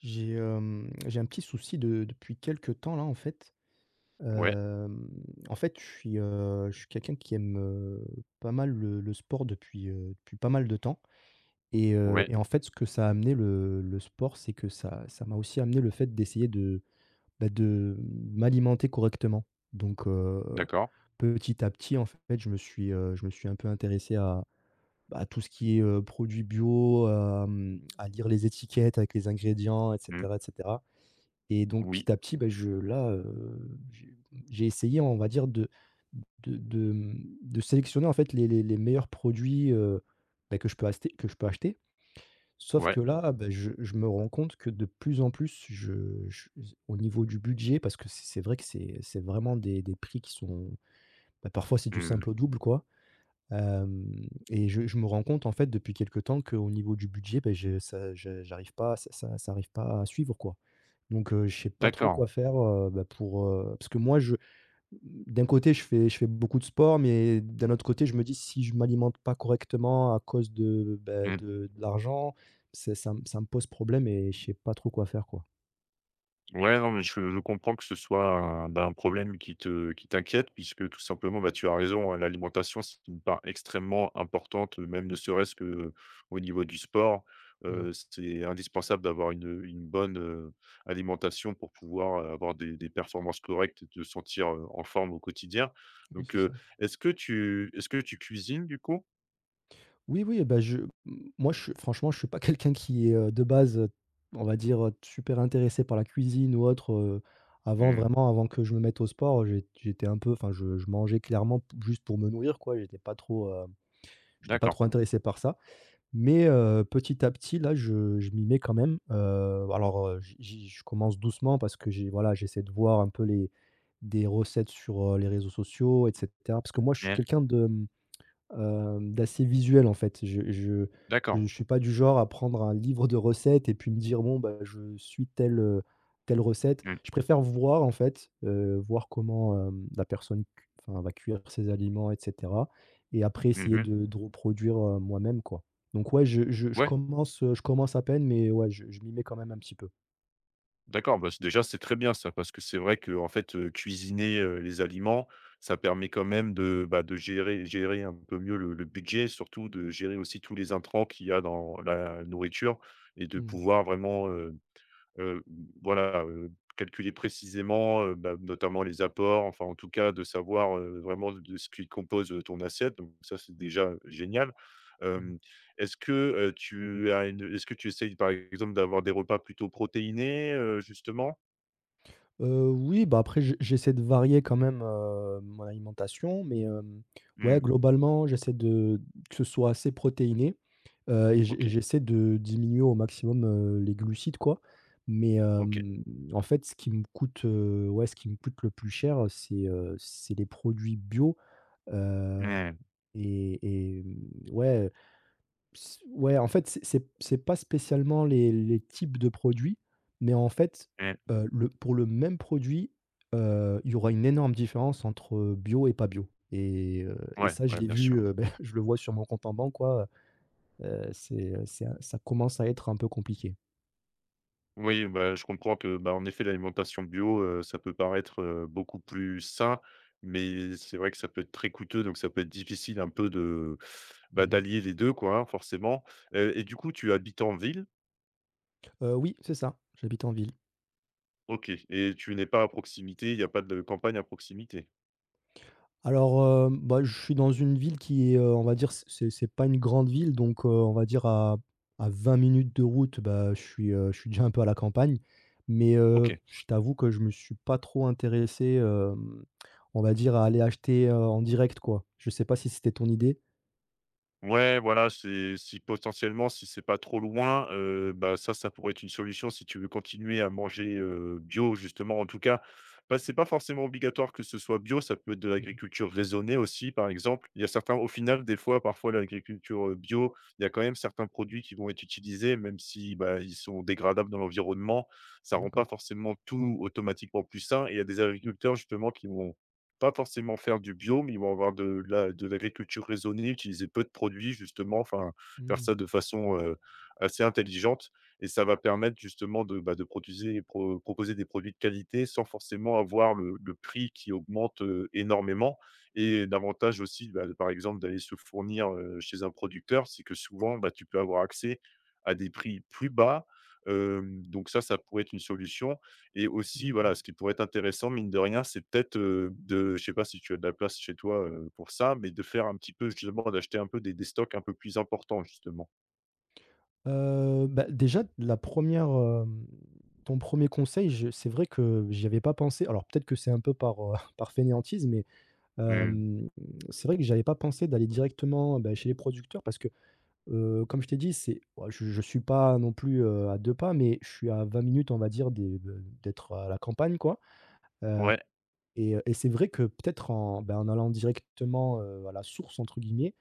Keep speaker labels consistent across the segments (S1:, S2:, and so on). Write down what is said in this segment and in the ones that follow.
S1: J'ai un petit souci de depuis quelques temps là, en fait.
S2: Ouais,
S1: Hem, en fait, je suis quelqu'un qui aime, pas mal le sport depuis pas mal de temps et heu
S2: ouais,
S1: et en fait, ce que ça a amené le sport, c'est que ça m'a aussi amené le fait d'essayer de m'alimenter correctement. Donc,
S2: d'accord.
S1: petit à petit, en fait, je me suis un peu intéressé à tout ce qui est, produits bio, à lire les étiquettes avec les ingrédients et
S2: Mmh.
S1: cetera et cetera. Et donc
S2: Oui,
S1: petit à petit, bah, j'ai j'ai essayé, on va dire, de sélectionner, en fait, les meilleurs produits, bah, que je peux acheter. Sauf
S2: ouais,
S1: que là, ah, bah, je me rends compte que de plus en plus, je au niveau du budget, parce que c'est vrai que c'est vraiment des prix qui sont, bah, parfois, c'est du
S2: mmh.
S1: simple au double, quoi. Hem et je me rends compte, en fait, depuis quelque temps qu'au niveau du budget, bah, je ça je j'arrive pas ça ça ça arrive pas à suivre, quoi. Donc, je sais pas trop
S2: D'accord.
S1: quoi faire, bah, parce que moi je d'un côté je fais beaucoup de sport, mais d'un autre côté je me dis: «Si je m'alimente pas correctement à cause de, bah,
S2: Mmh.
S1: de l'argent, c'est ça me pose problème» et je sais pas trop quoi faire, quoi.
S2: Ouais, non, mais je comprends que ce soit un bah, un problème qui t'inquiète puisque tout simplement, bah, tu as raison, hein, l'alimentation, c'est une part extrêmement importante, même ne serait-ce que au niveau du sport.
S1: Mmh.
S2: C'est indispensable d'avoir une bonne, alimentation pour pouvoir, avoir des performances correctes et te sentir, en forme au quotidien.
S1: Oui,
S2: Donc,
S1: c'est ça.
S2: est-ce que tu cuisines du coup?
S1: Oui, oui, bah, je m moi je suis pas quelqu'un qui est, de base, on va dire, super intéressé par la cuisine ou autre, avant
S2: Mmh.
S1: vraiment avant que je me mette au sport, j'étais un peu enfin je mangeais clairement p juste pour me nourrir, quoi, J'étais pas
S2: D'accord.
S1: trop intéressé par ça, mais petit à petit, là, je m'y mets quand même. Alors, j'y j'y je commence doucement parce que j'ai voilà, j'essaie de voir un peu les des recettes sur, les réseaux sociaux et cetera. Parce que moi, je suis
S2: Mmh.
S1: quelqu'un d'assez visuel, en fait. Je
S2: D'accord.
S1: ne suis pas du genre à prendre un livre de recettes et puis me dire: «Bon, bah, je suis telle recette».
S2: Mmh.
S1: Je préfère voir, en fait, voir comment, la personne cu enfin, va cuire ses aliments et cetera et après
S2: Mmh
S1: essayer
S2: mh.
S1: de reproduire, moi-même, quoi. Donc ouais, je je je
S2: Ouais,
S1: commence, heu, je commence à peine mais ouais, je m'y mets quand même un petit peu.
S2: d'accord, bah, c'est déjà, c'est très bien ça, parce que c'est vrai qu'en fait, cuisiner, les aliments, ça permet quand même de, bah, de gérer un peu mieux le budget, surtout de gérer aussi tous les intrants qu'il y a dans la nourriture et de
S1: Mmh.
S2: pouvoir vraiment, heu. Heu, voilà, calculer précisément, bah, notamment les apports, enfin, en tout cas, de savoir, vraiment de ce qui compose, ton assiette, donc ça, c'est déjà génial.
S1: Mmh.
S2: Hem, est-ce que, tu as une est-ce que tu essayes, par exemple, d'avoir des repas plutôt protéinés, justement?
S1: Oui, bah, après, j'essaie de varier quand même, mon alimentation, mais, ouais,
S2: Mmh,
S1: globalement, j'essaie de que ce soit assez protéiné, et j'e
S2: OK,
S1: j'essaie de diminuer au maximum, les glucides, quoi. Mais,
S2: OK.
S1: en fait, ce qui me coûte, ouais, ce qui me coûte le plus cher, c'est les produits bio, heu,
S2: Mmh,
S1: et ouais, S ouais, en fait, c'est pas spécialement les types de produits, mais en fait,
S2: mmh.
S1: le pour le même produit, il y aura une énorme différence entre, bio et pas bio et
S2: Ouais,
S1: ça, je
S2: ouais,
S1: l'ai
S2: bien
S1: vu,
S2: sûr.
S1: je le vois sur mon compte en banque, quoi, heu c'est ça commence à être un peu compliqué.
S2: Oui, bah, je comprends que, bah, en effet, l'alimentation bio, ça peut paraître, beaucoup plus sain, mais c'est vrai que ça peut être très coûteux, donc ça peut être difficile un peu de, bah,
S1: Mmh.
S2: d'allier les 2, quoi, hein, forcément, et du coup, tu habites en ville?
S1: Oui, c'est ça, j'habite en ville.
S2: OK, et tu n'es pas à proximité, il y a pas de campagne à proximité?
S1: Alors, bah, je suis dans une ville qui est, on va dire, c'est pas une grande ville donc, on va dire à 20 minutes de route, bah, je suis déjà un peu à la campagne. Mais,
S2: OK.
S1: je t'avoue que je me suis pas trop intéressé, on va dire à aller acheter, en direct, quoi. Je sais pas si c'était ton idée?
S2: Ouais, voilà, c'est si potentiellement, si c'est pas trop loin, bah, ça pourrait être une solution si tu veux continuer à manger, bio justement. En tout cas, bah, c'est pas forcément obligatoire que ce soit bio, ça peut être de
S1: Mmh.
S2: l'agriculture raisonnée aussi, par exemple. Il y a certains au final, des fois, parfois l'agriculture, bio, il y a quand même certains produits qui vont être utilisés, même si, bah, ils sont dégradables dans l'environnement. Ça rend pas
S1: D'accord.
S2: forcément tout automatiquement plus sain et il y a des agriculteurs justement qui vont pas forcément faire du bio, mais ils vont avoir de la de l'agriculture raisonnée, utiliser peu de produits justement, enfin, faire
S1: Mmh,
S2: ça de façon, assez intelligente et ça va permettre justement de, bah, de produiser pro proposer des produits de qualité sans forcément avoir le prix qui augmente, énormément et l'avantage aussi, bah, par exemple, d'aller se fournir, chez un producteur, c'est que souvent, bah, tu peux avoir accès à des prix plus bas, hem, donc ça pourrait être une solution et aussi,
S1: d'accord.
S2: voilà, ce qui pourrait être intéressant, mine de rien, c'est peut-être, de je sais pas si tu as de la place chez toi, pour ça, mais de faire un petit peu justement d'acheter un peu des stocks un peu plus importants justement.
S1: Bah, déjà la première, re ton premier conseil, je c'est vrai que j'y avais pas pensé. Alors peut-être que c'est un peu par, par fainéantise mais
S2: Mmh.
S1: Hem, c'est vrai que j'avais pas pensé d'aller directement, bah, chez les producteurs parce que, comme je t'ai dit, c'est ouais, je suis pas non plus, à 2 pas, mais je suis à 20 minutes, on va dire, des de d'être à la campagne, quoi. Heu
S2: Ouais.
S1: et c'est vrai que peut-être bah, en allant directement, à la «source» entre guillemets,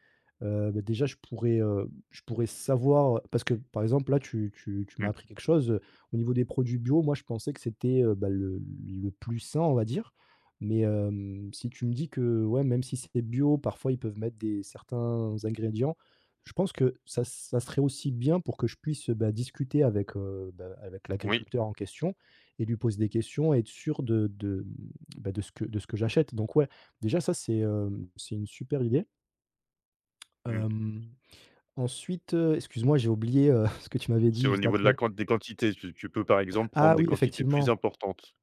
S1: bah, déjà je pourrais savoir parce que par exemple là tu m'as
S2: Mmh.
S1: appris quelque chose, au niveau des produits bio, moi je pensais que c'était, bah, le plus sain on va dire. Mais si tu me dis que, ouais, même si c'est bio, parfois ils peuvent mettre des certains ingrédients, je pense que ça serait aussi bien pour que je puisse, bah, discuter avec
S2: Oui.
S1: l'agriculteur en question et lui poser des questions et être sûr de bah, de ce que j'achète. Donc ouais, déjà ça c'est une super idée.
S2: Mmh.
S1: Hem, ensuite, excuse-moi, j'ai oublié, ce que tu m'avais
S2: C'est
S1: dit
S2: au
S1: juste
S2: niveau de la
S1: après.
S2: quan des quantités. Tu tu peux, par exemple, prendre
S1: Ah
S2: des
S1: oui,
S2: quantités plus
S1: effectivement,
S2: importantes.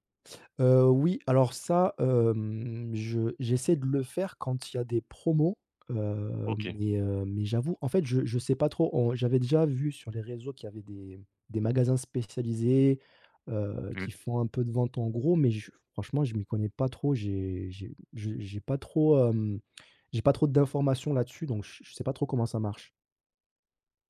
S1: Oui, alors ça, je j'essaie de le faire quand il y a des promos, heu,
S2: OK.
S1: mais heu, mais j'avoue, en fait, je ne sais pas trop. On J'avais déjà vu sur les réseaux qu'il y avait des magasins spécialisés,
S2: Mmh.
S1: qui font un peu de vente en gros, mais je franchement, je m'y connais pas trop. J'ai je j'ai pas trop, hem, J'ai pas trop d'informations là-dessus, donc je ne sais pas trop comment ça marche.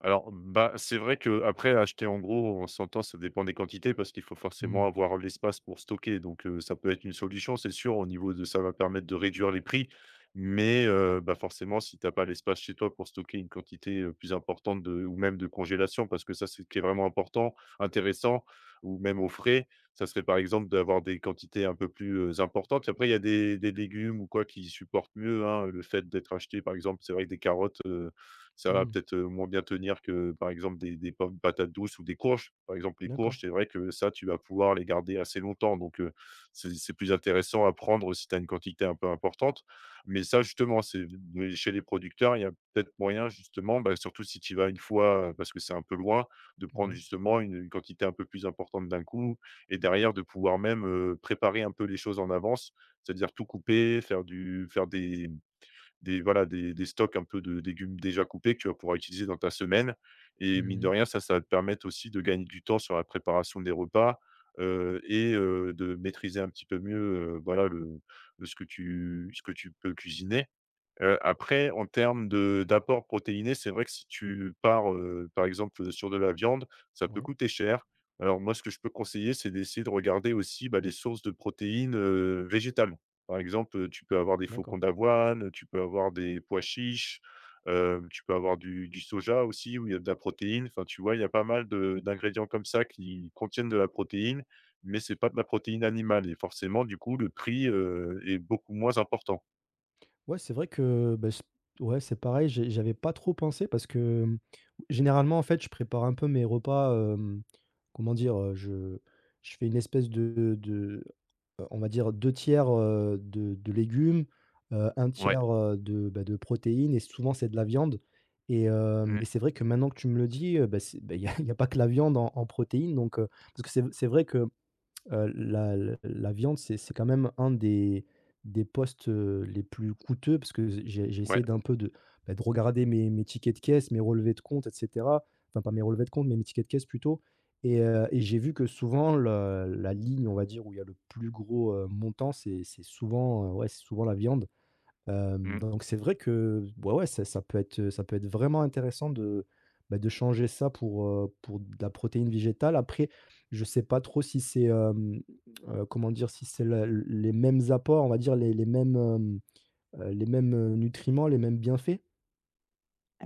S2: Alors, bah, c'est vrai que après acheter en gros, on s'entend, ça dépend des quantités parce qu'il faut
S1: Mmh.
S2: forcément avoir l'espace pour stocker. Donc, ça peut être une solution, c'est sûr, au niveau de ça va permettre de réduire les prix. Mais, bah, forcément, si tu as pas l'espace chez toi pour stocker une quantité, plus importante de ou même de congélation, parce que ça, c'est ce qui est vraiment important, intéressant ou même au frais, ça serait par exemple d'avoir des quantités un peu plus, importantes. Après, il y a des légumes ou quoi qui supportent mieux, hein, le fait d'être achetés. Par exemple, c'est vrai que des carottes, ça va
S1: Mmh.
S2: peut-être, moins bien tenir que, par exemple, des pommes, patates douces ou des courges. Par exemple, les
S1: D'accord.
S2: courges, c'est vrai que ça, tu vas pouvoir les garder assez longtemps, donc c'est plus intéressant à prendre si tu as une quantité un peu importante. Mais ça, justement, c'est mais chez les producteurs, il y a peut-être moyen, justement, bah, surtout si tu y vas une fois, parce que c'est un peu loin, de prendre
S1: Ouais.
S2: justement une quantité un peu plus importante d'un coup et derrière de pouvoir même, préparer un peu les choses en avance. C'est-à-dire tout couper, faire du faire des voilà, des stocks un peu de légumes déjà coupés que tu vas pouvoir utiliser dans ta semaine et mine de
S1: Mmh.
S2: rien, ça va te permettre aussi de gagner du temps sur la préparation des repas, et de maîtriser un petit peu mieux, voilà, le- ce que tu peux cuisiner. Après en termes de d'apport protéiné, c'est vrai que si tu pars, par exemple, sur de la viande, ça peut
S1: Ouais.
S2: coûter cher. Alors moi, ce que je peux conseiller, c'est d'essayer de regarder aussi, bah, les sources de protéines, végétales. Par exemple, tu peux avoir des flocons
S1: D'accord.
S2: d'avoine, tu peux avoir des pois chiches, hem, tu peux avoir du soja aussi où il y a de la protéine. Enfin, tu vois, il y a pas mal de d'ingrédients comme ça qui contiennent de la protéine, mais c'est pas de la protéine animale et forcément, du coup, le prix, est beaucoup moins important.
S1: Ouais, c'est vrai que, bah, c ouais, c'est pareil, j'avais pas trop pensé parce que, généralement, en fait, je prépare un peu mes repas, comment dire? Je fais une espèce de, on va dire 2/3 , de légumes,
S2: Ouais,
S1: 1/3, bah, de protéines et souvent c'est de la viande et hem
S2: mmh.
S1: et c'est vrai que maintenant que tu me le dis, bah, il y a y a pas que la viande en protéines donc parce que c'est vrai que la viande, c'est quand même un des postes, les plus coûteux parce que j'ai
S2: Ouais.
S1: essayé bah, de regarder mes tickets de caisse, mes relevés de compte et cetera. Enfin, pas mes relevés de compte, mais mes tickets de caisse plutôt et j'ai vu que souvent la ligne, on va dire, où il y a le plus gros, montant, c'est souvent, ouais, c'est souvent la viande. Hem,
S2: Mmh.
S1: donc c'est vrai que, ouais, ouais, ça peut être vraiment intéressant bah, de changer ça pour de la protéine végétale. Après, je sais pas trop si c'est, comment dire? Si c'est la les mêmes apports, on va dire les mêmes, nutriments, les mêmes bienfaits?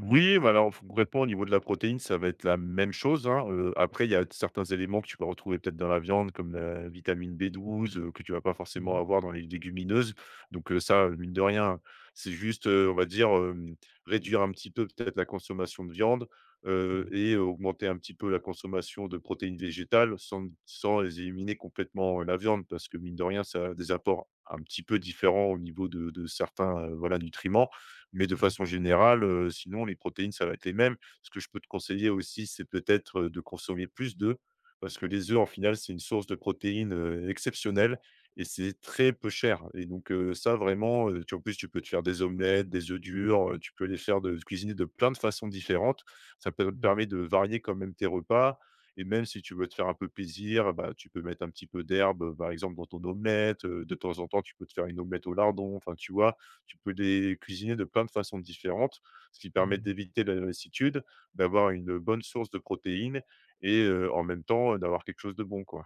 S2: Oui, bah, alors, concrètement, au niveau de la protéine, ça va être la même chose, hein, après, il y a certains éléments que tu vas retrouver peut-être dans la viande, comme la vitamine B12, que tu vas pas forcément
S1: Mmh.
S2: avoir dans les légumineuses. Donc, ça, mine de rien, c'est juste, on va dire, hem, réduire un petit peu peut-être la consommation de viande,
S1: Oui,
S2: et augmenter un petit peu la consommation de protéines végétales sans sans éliminer complètement, la viande parce que mine de rien, ça a des apports un petit peu différents au niveau de certains, voilà, nutriments. Mais de
S1: oui.
S2: façon générale, sinon les protéines, ça va être les mêmes. Ce que je peux te conseiller aussi, c'est peut-être, de consommer plus d'œufs parce que les œufs, en final, c'est une source de protéines, exceptionnelle et c'est très peu cher et donc ça vraiment, tu en plus, tu peux te faire des omelettes, des œufs durs, tu peux les faire de cuisiner de plein de façons différentes. Ça peut te
S1: Mmh.
S2: permet de varier quand même tes repas et même si tu veux te faire un peu plaisir, bah, tu peux mettre un petit peu d'herbe, par exemple dans ton omelette, de temps en temps, tu peux te faire une omelette au lardon, enfin, tu vois? Tu peux les cuisiner de plein de façons différentes, ce qui permet
S1: Mmh.
S2: d'éviter la lassitude, d'avoir une bonne source de protéines et en même temps, d'avoir quelque chose de bon, quoi.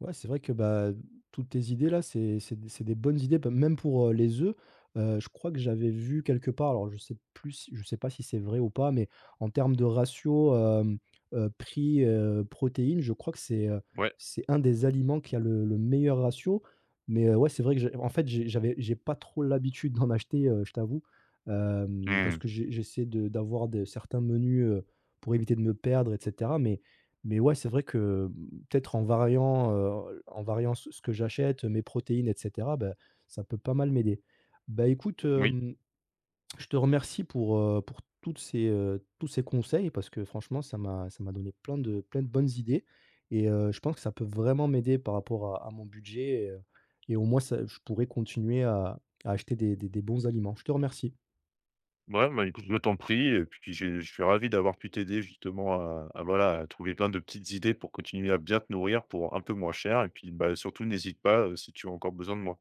S1: Ouais, c'est vrai que, bah, toutes tes idées là, c'est des bonnes idées, bah, même pour, les œufs. Je crois que j'avais vu quelque part, alors je sais pas si c'est vrai ou pas, mais en termes de ratio, prix, protéines, je crois que c'est, heu,
S2: Ouais,
S1: c'est un des aliments qui a le meilleur ratio. Mais, ouais, c'est vrai que j'ai en fait, j'ai pas trop l'habitude d'en acheter, je t'avoue. Parce
S2: mmh,
S1: que j'essaie de d'avoir de certains menus, pour éviter de me perdre et cetera. Mais ouais, c'est vrai que peut-être en variant ce que j'achète, mes protéines et cetera, bah, ça peut pas mal m'aider. Bah, écoute,
S2: oui.
S1: je te remercie pour tous ces conseils parce que franchement ça m'a donné plein de bonnes idées et je pense que ça peut vraiment m'aider par rapport à mon budget et au moins ça je pourrais continuer à acheter des bons aliments. Je te remercie.
S2: Ouais, bah, écoute, je t'en prie et puis j'ai je suis ravi d'avoir pu t'aider justement à voilà, à trouver plein de petites idées pour continuer à bien te nourrir pour un peu moins cher et puis, bah, surtout n'hésite pas, si tu as encore besoin de moi.